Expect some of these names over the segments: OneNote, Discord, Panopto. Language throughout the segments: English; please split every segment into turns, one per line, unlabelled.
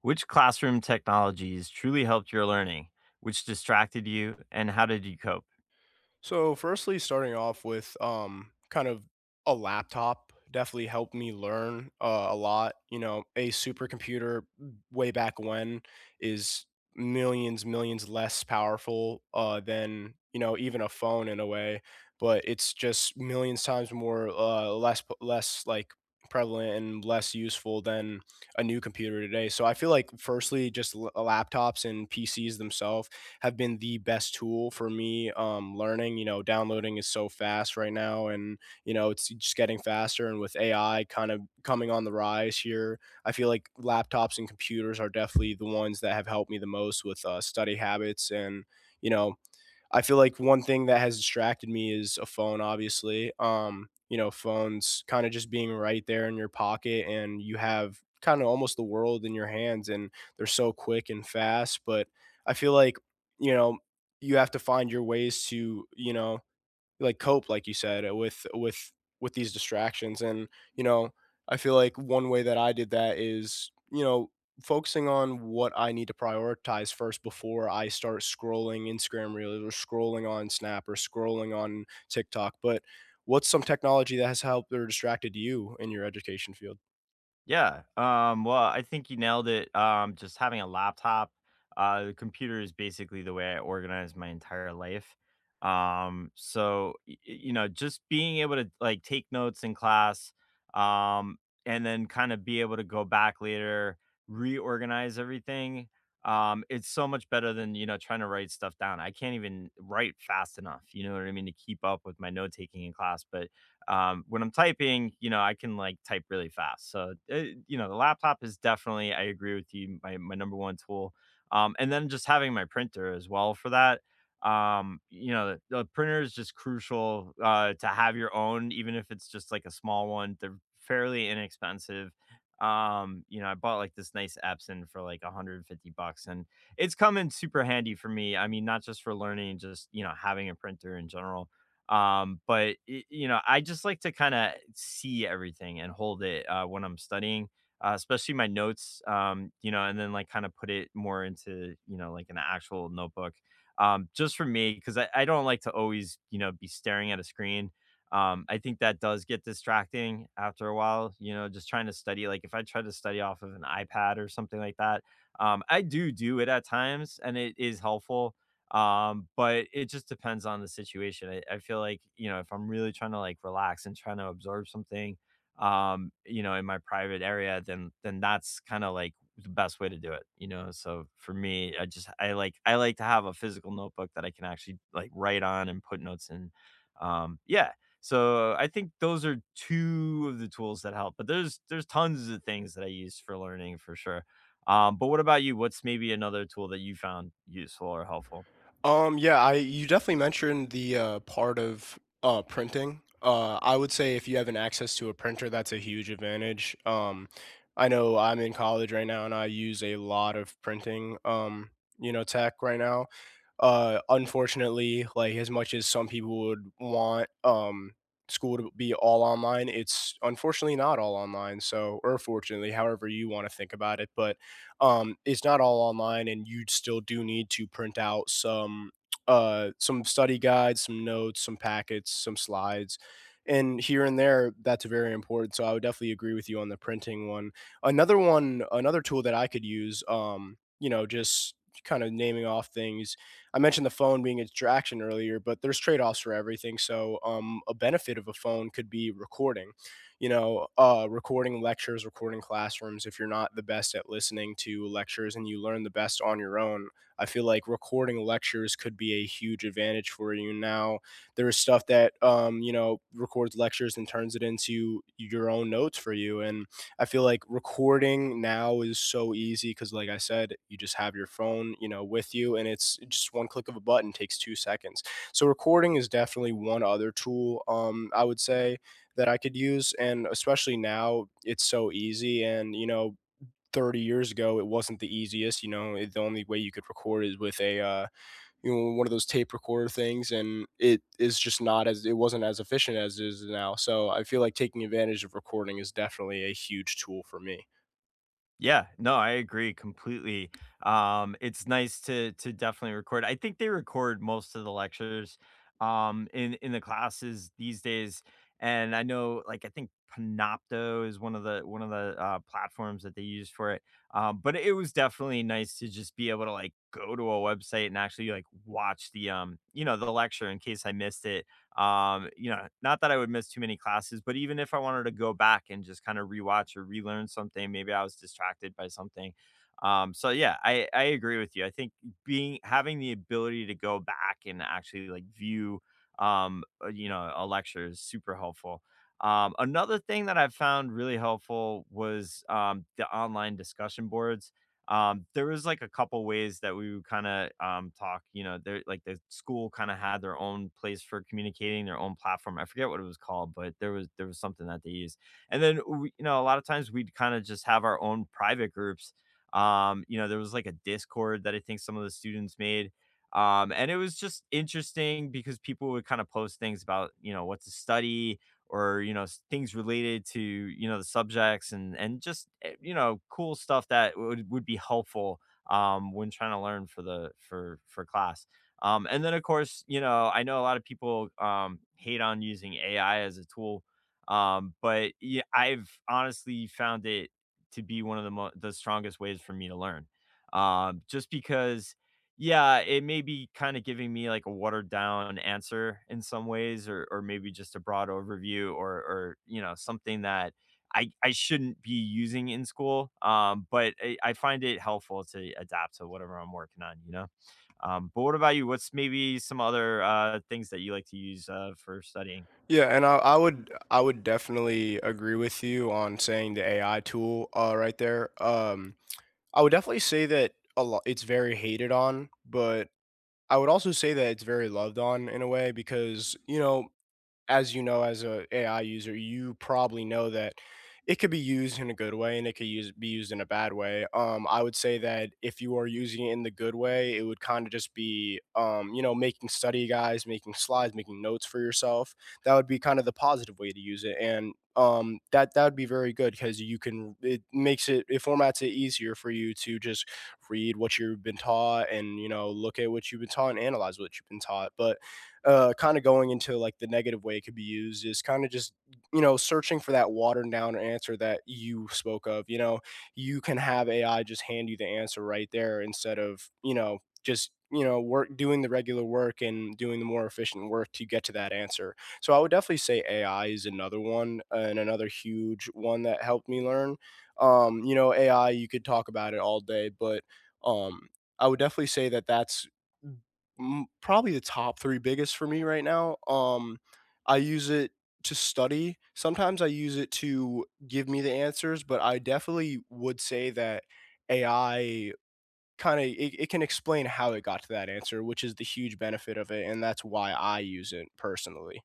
Which classroom technologies truly helped your learning? Which distracted you? And how did you cope?
So, firstly, starting off with kind of a laptop definitely helped me learn a lot. You know, a supercomputer way back when is millions, millions less powerful than you know even a phone in a way, but it's just millions times more less less like prevalent and less useful than a new computer today. So I feel like firstly just laptops and PCs themselves have been the best tool for me learning. You know, downloading is so fast right now, and you know it's just getting faster. And with AI kind of coming on the rise here, I feel like laptops and computers are definitely the ones that have helped me the most with study habits. And you know I feel like one thing that has distracted me is a phone, obviously. You know, phones kind of just being right there in your pocket, and you have kind of almost the world in your hands, and they're so quick and fast. But I feel like, you know, you have to find your ways to, you know, like cope, like you said, with these distractions. And you know, I feel like one way that I did that is focusing on what I need to prioritize first before I start scrolling Instagram Reels or scrolling on Snap or scrolling on TikTok. But what's some technology that has helped or distracted you in your education field?
Yeah. Well, I think you nailed it. Just having a laptop, the computer is basically the way I organize my entire life. You know, just being able to like take notes in class, um, and then kind of be able to go back later, reorganize everything. It's so much better than you know trying to write stuff down. I can't even write fast enough. You know what I mean to keep up with my note taking in class, but when I'm typing, you know, I can like type really fast. So, you know, the laptop is definitely, I agree with you, my number one tool. And then just having my printer as well for that. You know, the printer is just crucial to have your own, even if it's just like a small one. They're fairly inexpensive. You know, I bought like this nice Epson for like 150 bucks, and it's come in super handy for me. I mean, not just for learning, just, you know, having a printer in general. You know, I just like to kind of see everything and hold it when I'm studying, especially my notes. You know, and then like kind of put it more into you know like an actual notebook. Just for me, because I don't like to always you know be staring at a screen. I think that does get distracting after a while. You know, just trying to study. Like if I try to study off of an iPad or something like that, I do do it at times, and it is helpful, but it just depends on the situation. I feel like, you know, if I'm really trying to like relax and trying to absorb something, you know, in my private area, then that's kind of like the best way to do it, you know. So for me, I I like to have a physical notebook that I can actually like write on and put notes in. Um, yeah. So I think those are two of the tools that help, but there's tons of things that I use for learning for sure. But what about you? What's maybe another tool that you found useful or helpful?
Yeah, I you definitely mentioned the part of printing. I would say if you have an access to a printer, that's a huge advantage. I know I'm in college right now, and I use a lot of printing, you know, tech right now. Unfortunately, like, as much as some people would want, school to be all online, it's unfortunately not all online, so, or fortunately, however you wanna think about it, but, it's not all online, and you still do need to print out some study guides, some notes, some packets, some slides, and here and there. That's very important, so I would definitely agree with you on the printing one. Another tool that I could use, you know, just kinda naming off things. I mentioned the phone being a distraction earlier, but there's trade offs for everything. So, a benefit of a phone could be recording, you know, recording lectures, recording classrooms. If you're not the best at listening to lectures and you learn the best on your own, I feel like recording lectures could be a huge advantage for you. Now, there's stuff that, you know, records lectures and turns it into your own notes for you. And I feel like recording now is so easy because, like I said, you just have your phone, you know, with you, and it's just one click of a button, takes 2 seconds. So recording is definitely one other tool, I would say, that I could use, and especially now it's so easy. And you know, 30 years ago, it wasn't the easiest. You know, the only way you could record is with a you know, one of those tape recorder things, and it is just not as it wasn't as efficient as it is now. So I feel like taking advantage of recording is definitely a huge tool for me.
Yeah, no, I agree completely. It's nice to definitely record. I think they record most of the lectures in the classes these days. And I know like I think Panopto is one of the platforms that they use for it. But it was definitely nice to just be able to like go to a website and actually like watch the you know, the lecture in case I missed it. You know, not that I would miss too many classes, but even if I wanted to go back and just kind of rewatch or relearn something, maybe I was distracted by something. So I agree with you. I think being having the ability to go back and actually like view you know a lecture is super helpful. Another thing that I found really helpful was the online discussion boards. There was like a couple ways that we would kind of talk. You know, there like the school kind of had their own place for communicating, their own platform. I forget what it was called, but there was something that they used. And then we, you know, a lot of times we'd kind of just have our own private groups. You know, there was like a Discord that I think some of the students made, and it was just interesting because people would kind of post things about you know what to study or you know things related to you know the subjects, and just you know cool stuff that would be helpful when trying to learn for class. And then of course you know I know a lot of people hate on using AI as a tool. But yeah, I've honestly found it to be one of the strongest ways for me to learn, just because yeah, it may be kinda giving me, like, a watered down answer in some ways, or maybe just a broad overview, or you know, something that I shouldn't be using in school, but I find it helpful to adapt to whatever I'm working on, you know? But what about you? What's maybe some other, things that you like to use, for studying?
Yeah, and I would definitely agree with you on saying the AI tool right there. Um, I would definitely say that a lot, it's very hated on, but I would also say that it's very loved on in a way, because as you know, as a AI user, you probably know that it could be used in a good way and it could use be used in a bad way. I would say that if you are using it in the good way, it would kind of just be, you know, making study guides, making slides, making notes for yourself. That would be kind of the positive way to use it, and that would be very good, because you can. It formats it easier for you to just read what you've been taught, and you know, look at what you've been taught, and analyze what you've been taught. But kind of going into like the negative way it could be used is kind of just you know, searching for that watered down answer that you spoke of. You know, you can have AI just hand you the answer right there instead of you know, just you know work doing the regular work and doing the more efficient work to get to that answer. So I would definitely say AI is another one, and another huge one that helped me learn. You know, AI, you could talk about it all day, but um, I would definitely say that that's, probably, the top 3 biggest for me right now. I use it to study. Sometimes I use it to give me the answers, but I definitely would say that AI, kinda, it can explain how it got to that answer, which is the huge benefit of it, and that's why I use it personally.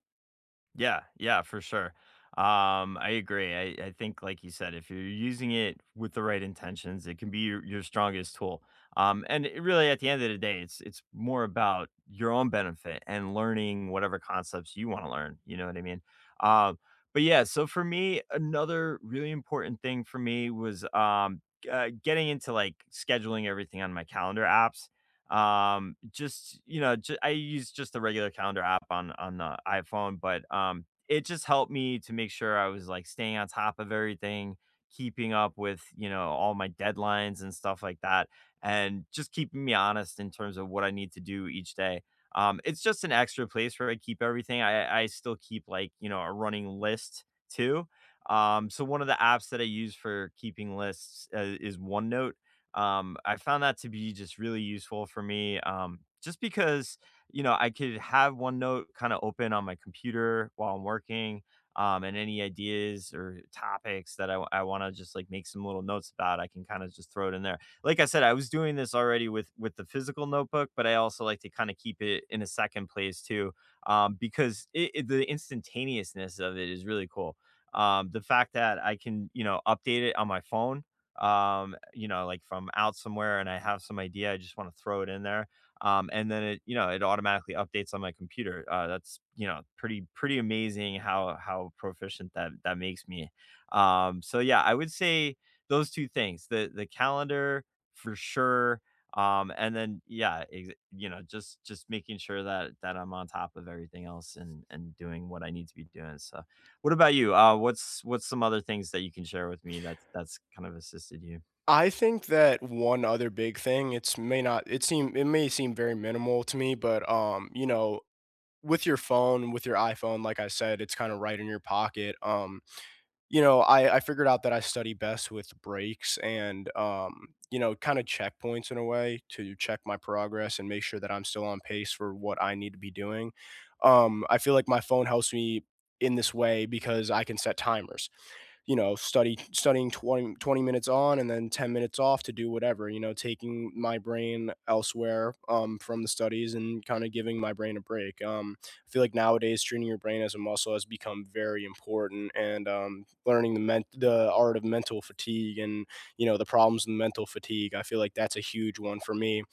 Yeah, yeah, for sure. I agree. I think, like you said, if you're using it with the right intentions, it can be your strongest tool. And it really, at the end of the day, it's more about your own benefit and learning whatever concepts you want to learn. You know what I mean? Um, but yeah, so for me, another really important thing for me was getting into like scheduling everything on my calendar apps. You know, ju I use just the regular calendar app on the iPhone, but, it just helped me to make sure I was, like, staying on top of everything, keeping up with, you know, all my deadlines and stuff like that, and just keeping me honest in terms of what I need to do each day. It's just an extra place where I keep everything. I still keep, like, you know, a running list too. So one of the apps that I use for keeping lists, is OneNote. I found that to be just really useful for me, just because, you know, I could have OneNote kinda open on my computer while I'm working, and any ideas or topics that I wanna just, like, make some little notes about, I can kinda just throw it in there. Like I said, I was doing this already with the physical notebook, but I also like to kinda keep it in a second place too, because it the instantaneousness of it is really cool. The fact that I can, you know, update it on my phone, you know, like from out somewhere and I have some idea, I just want to throw it in there. And then it, you know, it automatically updates on my computer. That's, you know, pretty amazing how proficient that makes me. So yeah, I would say those two things, the calendar for sure. And then, yeah, you know, just making sure that I'm on top of everything else, and doing what I need to be doing. So, what about you? What's some other things that you can share with me that's kind of assisted you?
I think that one other big thing, it's may not it seem it may seem very minimal to me, but, you know, with your phone, with your iPhone, like I said, it's kinda right in your pocket. You know, I figured out that I study best with breaks and, you know, kinda checkpoints, in a way, to check my progress and make sure that I'm still on pace for what I need to be doing. I feel like my phone helps me in this way because I can set timers. Studying twenty minutes on and then 10 minutes off to do whatever, you know, taking my brain elsewhere, from the studies, and kind of giving my brain a break. I feel like nowadays, treating your brain as a muscle has become very important, and learning the art of mental fatigue, and, you know, the problems of mental fatigue. I feel like that's a huge one for me.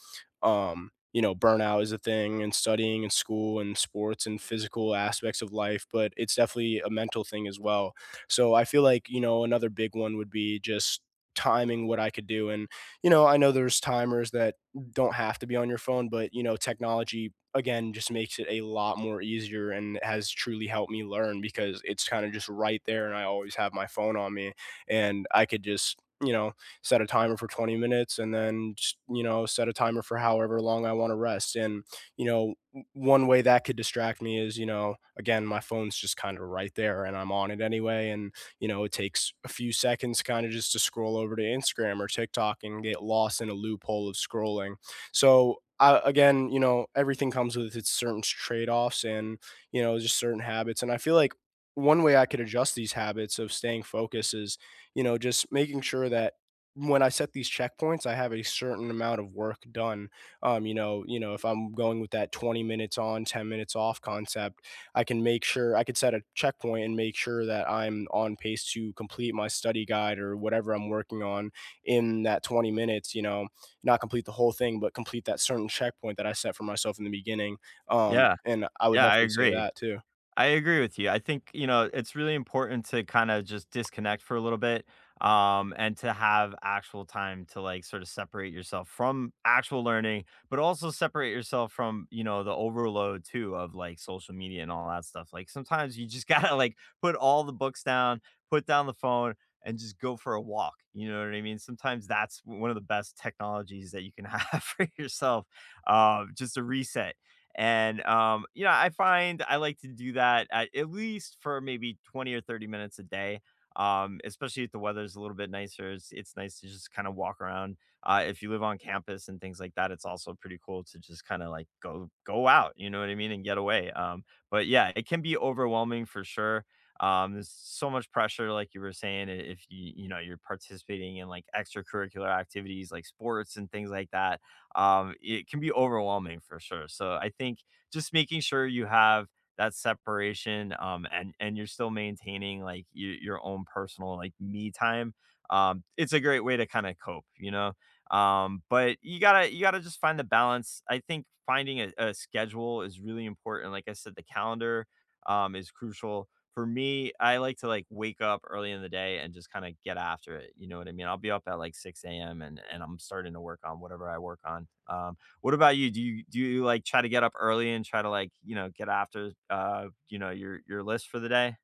You know, burnout is a thing, and studying and school and sports and physical aspects of life, but it's definitely a mental thing as well. So I feel like, you know, another big one would be just timing what I could do. And, you know, I know there's timers that don't have to be on your phone, but, you know, technology again just makes it a lot more easier and has truly helped me learn, because it's kind of just right there and I always have my phone on me, and I could just, you know, set a timer for 20 minutes, and then, just, you know, set a timer for however long I want to rest. And, you know, one way that could distract me is, you know, again, my phone's just kind of right there, and I'm on it anyway. And, you know, it takes a few seconds, kind of, just to scroll over to Instagram or TikTok and get lost in a loophole of scrolling. So, again, you know, everything comes with its certain trade offs, and, you know, just certain habits. And I feel like one way I could adjust these habits of staying focused is, you know, just making sure that when I set these checkpoints, I have a certain amount of work done. You know, if I'm going with that 20 minutes on, 10 minutes off concept, I can make sure, I could set a checkpoint and make sure that I'm on pace to complete my study guide or whatever I'm working on in that 20 minutes. You know, not complete the whole thing, but complete that certain checkpoint that I set for myself in the beginning.
Yeah.
And I would
Yeah, I
definitely say
agree.
that too.
I agree with you. I think, you know, it's really important to kind of just disconnect for a little bit and to have actual time to like sort of separate yourself from actual learning, but also separate yourself from, you know, the overload too of like social media and all that stuff. Like sometimes you just got to like put all the books down, put down the phone and just go for a walk. You know what I mean? Sometimes that's one of the best technologies that you can have for yourself. Just a reset, and, you know, I find I like to do that at least for maybe 20 or 30 minutes a day. Especially if the weather's a little bit nicer, it's nice to just kind of walk around. If you live on campus and things like that, it's also pretty cool to just kind of like go out, you know what I mean, and get away. But yeah, it can be overwhelming for sure. There's so much pressure, like you were saying, if you you know you're participating in like extracurricular activities like sports and things like that, it can be overwhelming for sure. So I think just making sure you have that separation, and and you're still maintaining like your own personal like me time. It's a great way to kind of cope, you know. But you gotta just find the balance. I think finding a schedule is really important. Like I said, the calendar, is crucial for me. I like to like wake up early in the day and just kind of get after it. You know what I mean? I'll be up at like 6 a.m., and I'm starting to work on whatever I work on. What about you? Do you like try to get up early and try to like, you know, get after you know, your list for the day?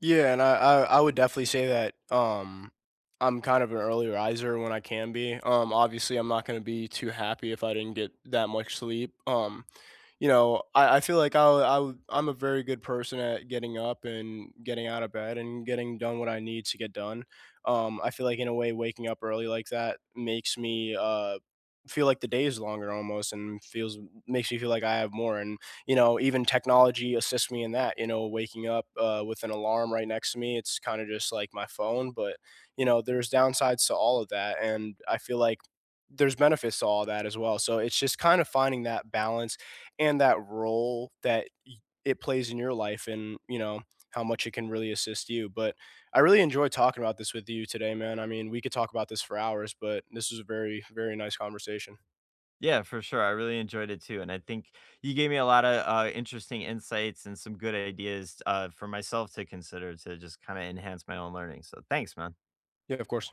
Yeah, and I would definitely say that I'm kind of an early riser, when I can be. Obviously, I'm not going to be too happy if I didn't get that much sleep. You know, I feel like I'm a very good person at getting up and getting out of bed and getting done what I need to get done. I feel like, in a way, waking up early like that makes me feel like the day is longer, almost, and feels makes me feel like I have more. And you know, even technology assists me in that. You know, waking up with an alarm right next to me, it's kind of just like my phone. But you know, there's downsides to all of that, and I feel like there's benefits to all that as well. So it's just kind of finding that balance and that role that it plays in your life and, you know, how much it can really assist you. But I really enjoy talking about this with you today, man. I mean, we could talk about this for hours, but this was a very, very nice conversation.
Yeah, for sure. I really enjoyed it too. And I think you gave me a lot of interesting insights and some good ideas for myself to consider to just kind of enhance my own learning. So thanks, man.
Yeah, of course.